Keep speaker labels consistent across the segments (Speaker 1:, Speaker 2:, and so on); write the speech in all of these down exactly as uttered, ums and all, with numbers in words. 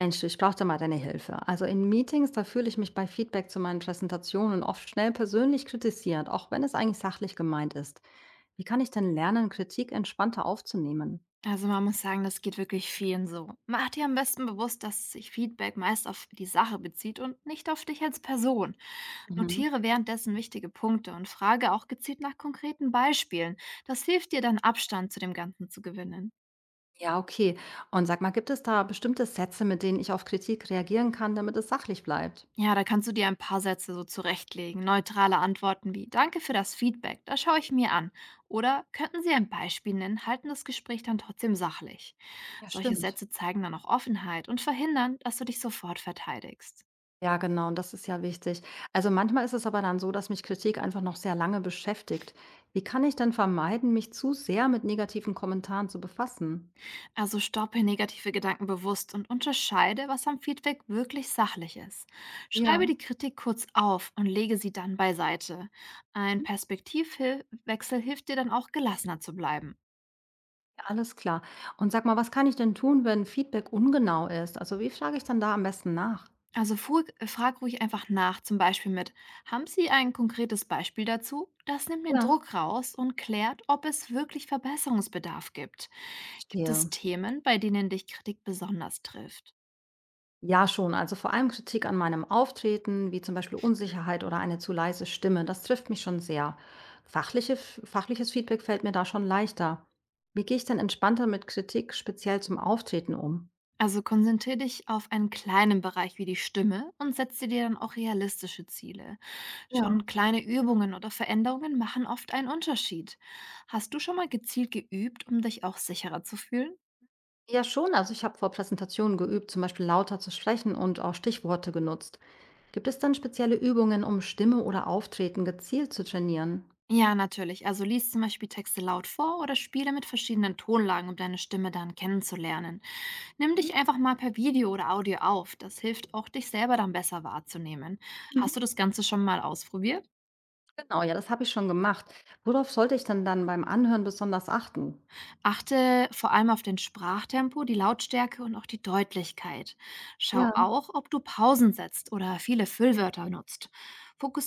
Speaker 1: Mensch, du, ich brauche da mal deine Hilfe. Also in Meetings, da fühle ich mich bei Feedback zu meinen Präsentationen oft schnell persönlich kritisiert, auch wenn es eigentlich sachlich gemeint ist. Wie kann ich denn lernen, Kritik entspannter aufzunehmen?
Speaker 2: Also man muss sagen, das geht wirklich vielen so. Mach dir am besten bewusst, dass sich Feedback meist auf die Sache bezieht und nicht auf dich als Person.
Speaker 1: Mhm.
Speaker 2: Notiere währenddessen wichtige Punkte und frage auch gezielt nach konkreten Beispielen. Das hilft dir dann Abstand zu dem Ganzen zu gewinnen.
Speaker 1: Ja, okay. Und sag mal, gibt es da bestimmte Sätze, mit denen ich auf Kritik reagieren kann, damit es sachlich bleibt?
Speaker 2: Ja, da kannst du dir ein paar Sätze so zurechtlegen. Neutrale Antworten wie Danke für das Feedback, das schaue ich mir an. Oder könnten Sie ein Beispiel nennen, halten das Gespräch dann trotzdem sachlich.
Speaker 1: Ja,
Speaker 2: Solche
Speaker 1: stimmt.
Speaker 2: Sätze zeigen dann auch Offenheit und verhindern, dass du dich sofort verteidigst.
Speaker 1: Ja, genau, und das ist ja wichtig. Also manchmal ist es aber dann so, dass mich Kritik einfach noch sehr lange beschäftigt. Wie kann ich denn vermeiden, mich zu sehr mit negativen Kommentaren zu befassen?
Speaker 2: Also stoppe negative Gedanken bewusst und unterscheide, was am Feedback wirklich sachlich ist.
Speaker 1: Ja.
Speaker 2: Schreibe die Kritik kurz auf und lege sie dann beiseite. Ein Perspektivwechsel hilft dir dann auch gelassener zu bleiben.
Speaker 1: Alles klar. Und sag mal, was kann ich denn tun, wenn Feedback ungenau ist? Also wie frage ich dann da am besten nach?
Speaker 2: Also fu- äh, frag ruhig einfach nach, zum Beispiel mit, haben Sie ein konkretes Beispiel dazu? Das nimmt den
Speaker 1: Ja,
Speaker 2: Druck raus und klärt, ob es wirklich Verbesserungsbedarf gibt. Gibt es
Speaker 1: verstehe.
Speaker 2: Themen, bei denen dich Kritik besonders trifft?
Speaker 1: Ja, schon. Also vor allem Kritik an meinem Auftreten, wie zum Beispiel Unsicherheit oder eine zu leise Stimme, das trifft mich schon sehr. Fachliche, fachliches Feedback fällt mir da schon leichter. Wie gehe ich denn entspannter mit Kritik speziell zum Auftreten um?
Speaker 2: Also konzentriere dich auf einen kleinen Bereich wie die Stimme und setze dir dann auch realistische Ziele.
Speaker 1: Ja.
Speaker 2: Schon kleine Übungen oder Veränderungen machen oft einen Unterschied. Hast du schon mal gezielt geübt, um dich auch sicherer zu fühlen?
Speaker 1: Ja, schon. Also ich habe vor Präsentationen geübt, zum Beispiel lauter zu sprechen und auch Stichworte genutzt. Gibt es dann spezielle Übungen, um Stimme oder Auftreten gezielt zu trainieren?
Speaker 2: Ja, natürlich. Also lies zum Beispiel Texte laut vor oder spiele mit verschiedenen Tonlagen, um deine Stimme dann kennenzulernen. Nimm dich einfach mal per Video oder Audio auf. Das hilft auch, dich selber dann besser wahrzunehmen.
Speaker 1: Mhm.
Speaker 2: Hast du das Ganze schon mal ausprobiert?
Speaker 1: Genau, ja, das habe ich schon gemacht. Worauf sollte ich denn dann beim Anhören besonders achten?
Speaker 2: Achte vor allem auf den Sprachtempo, die Lautstärke und auch die Deutlichkeit. Schau
Speaker 1: Ja.
Speaker 2: auch, ob du Pausen setzt oder viele Füllwörter nutzt.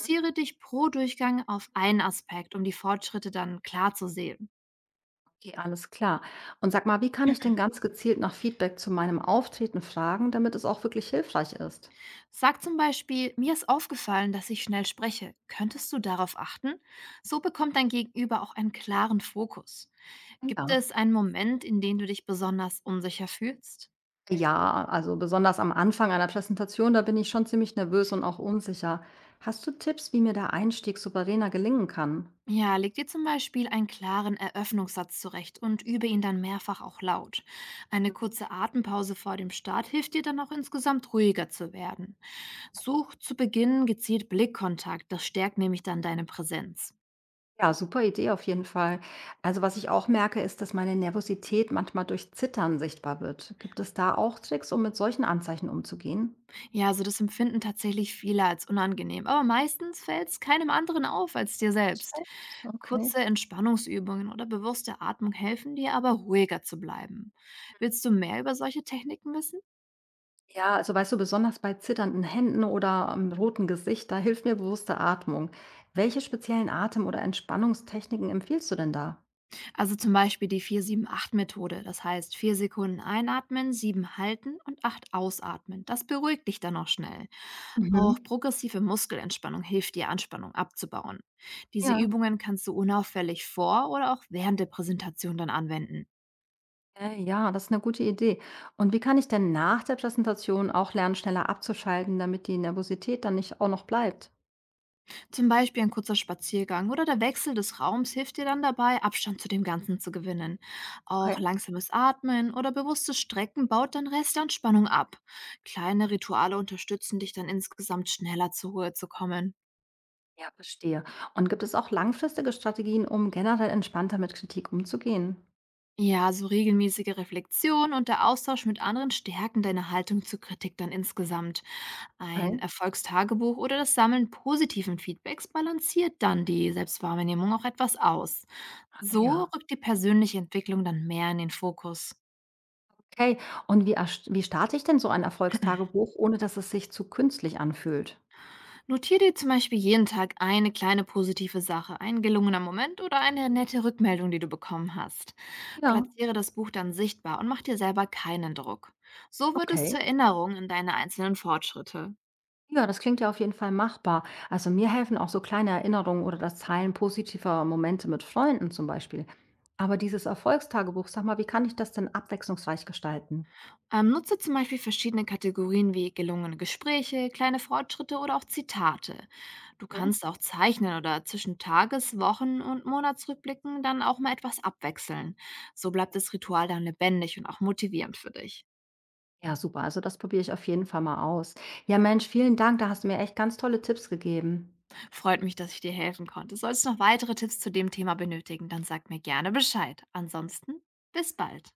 Speaker 1: Mhm.
Speaker 2: dich pro Durchgang auf einen Aspekt, um die Fortschritte dann klar zu sehen.
Speaker 1: Okay, alles klar. Und sag mal, wie kann ich denn ganz gezielt nach Feedback zu meinem Auftreten fragen, damit es auch wirklich hilfreich ist?
Speaker 2: Sag zum Beispiel, mir ist aufgefallen, dass ich schnell spreche. Könntest du darauf achten? So bekommt dein Gegenüber auch einen klaren Fokus. Gibt
Speaker 1: Ja.
Speaker 2: es einen Moment, in dem du dich besonders unsicher fühlst?
Speaker 1: Ja, also besonders am Anfang einer Präsentation, da bin ich schon ziemlich nervös und auch unsicher. Hast du Tipps, wie mir der Einstieg souveräner gelingen kann?
Speaker 2: Ja, leg dir zum Beispiel einen klaren Eröffnungssatz zurecht und übe ihn dann mehrfach auch laut. Eine kurze Atempause vor dem Start hilft dir dann auch insgesamt ruhiger zu werden. Such zu Beginn gezielt Blickkontakt, das stärkt nämlich dann deine Präsenz.
Speaker 1: Ja, super Idee auf jeden Fall. Also, was ich auch merke, ist, dass meine Nervosität manchmal durch Zittern sichtbar wird. Gibt es da auch Tricks, um mit solchen Anzeichen umzugehen?
Speaker 2: Ja, also das empfinden tatsächlich viele als unangenehm, aber meistens fällt es keinem anderen auf als dir selbst.
Speaker 1: Echt?
Speaker 2: Kurze
Speaker 1: Okay.
Speaker 2: Entspannungsübungen oder bewusste Atmung helfen dir aber ruhiger zu bleiben. Willst du mehr über solche Techniken wissen?
Speaker 1: Ja, also weißt du, besonders bei zitternden Händen oder am roten Gesicht, da hilft mir bewusste Atmung. Welche speziellen Atem- oder Entspannungstechniken empfiehlst du denn da?
Speaker 2: Also zum Beispiel die vier sieben acht Methode. Das heißt, vier Sekunden einatmen, sieben halten und acht ausatmen. Das beruhigt dich dann auch schnell. Auch
Speaker 1: Mhm.
Speaker 2: progressive Muskelentspannung hilft dir, Anspannung abzubauen. Diese
Speaker 1: Ja,
Speaker 2: Übungen kannst du unauffällig vor oder auch während der Präsentation dann anwenden.
Speaker 1: äh, ja, das ist eine gute Idee. Und wie kann ich denn nach der Präsentation auch lernen, schneller abzuschalten, damit die Nervosität dann nicht auch noch bleibt?
Speaker 2: Zum Beispiel ein kurzer Spaziergang oder der Wechsel des Raums hilft dir dann dabei, Abstand zu dem Ganzen zu gewinnen. Auch
Speaker 1: Okay.
Speaker 2: langsames Atmen oder bewusstes Strecken baut dann Rest an Spannung ab. Kleine Rituale unterstützen dich dann insgesamt schneller zur Ruhe zu kommen.
Speaker 1: Ja, verstehe. Und gibt es auch langfristige Strategien, um generell entspannter mit Kritik umzugehen?
Speaker 2: Ja, so regelmäßige Reflexion und der Austausch mit anderen stärken deine Haltung zur Kritik dann insgesamt. Ein
Speaker 1: Okay.
Speaker 2: Erfolgstagebuch oder das Sammeln positiven Feedbacks balanciert dann die Selbstwahrnehmung auch etwas aus.
Speaker 1: Ah,
Speaker 2: So
Speaker 1: ja.
Speaker 2: rückt die persönliche Entwicklung dann mehr in den Fokus.
Speaker 1: Okay. Und wie, erst- wie starte ich denn so ein Erfolgstagebuch, ohne dass es sich zu künstlich anfühlt?
Speaker 2: Notier dir zum Beispiel jeden Tag eine kleine positive Sache, ein gelungener Moment oder eine nette Rückmeldung, die du bekommen hast.
Speaker 1: Ja,
Speaker 2: Platziere das Buch dann sichtbar und mach dir selber keinen Druck. So wird es
Speaker 1: okay.
Speaker 2: zur Erinnerung an deine einzelnen Fortschritte.
Speaker 1: Ja, das klingt ja auf jeden Fall machbar. Also mir helfen auch so kleine Erinnerungen oder das Teilen positiver Momente mit Freunden zum Beispiel. Aber dieses Erfolgstagebuch, sag mal, wie kann ich das denn abwechslungsreich gestalten?
Speaker 2: Ähm, nutze zum Beispiel verschiedene Kategorien wie gelungene Gespräche, kleine Fortschritte oder auch Zitate. Du kannst auch zeichnen oder zwischen Tages-, Wochen- und Monatsrückblicken dann auch mal etwas abwechseln. So bleibt das Ritual dann lebendig und auch motivierend für dich.
Speaker 1: Ja, super. Also das probiere ich auf jeden Fall mal aus. Ja, Mensch, vielen Dank. Da hast du mir echt ganz tolle Tipps gegeben.
Speaker 2: Freut mich, dass ich dir helfen konnte. Sollst du noch weitere Tipps zu dem Thema benötigen, dann sag mir gerne Bescheid. Ansonsten bis bald.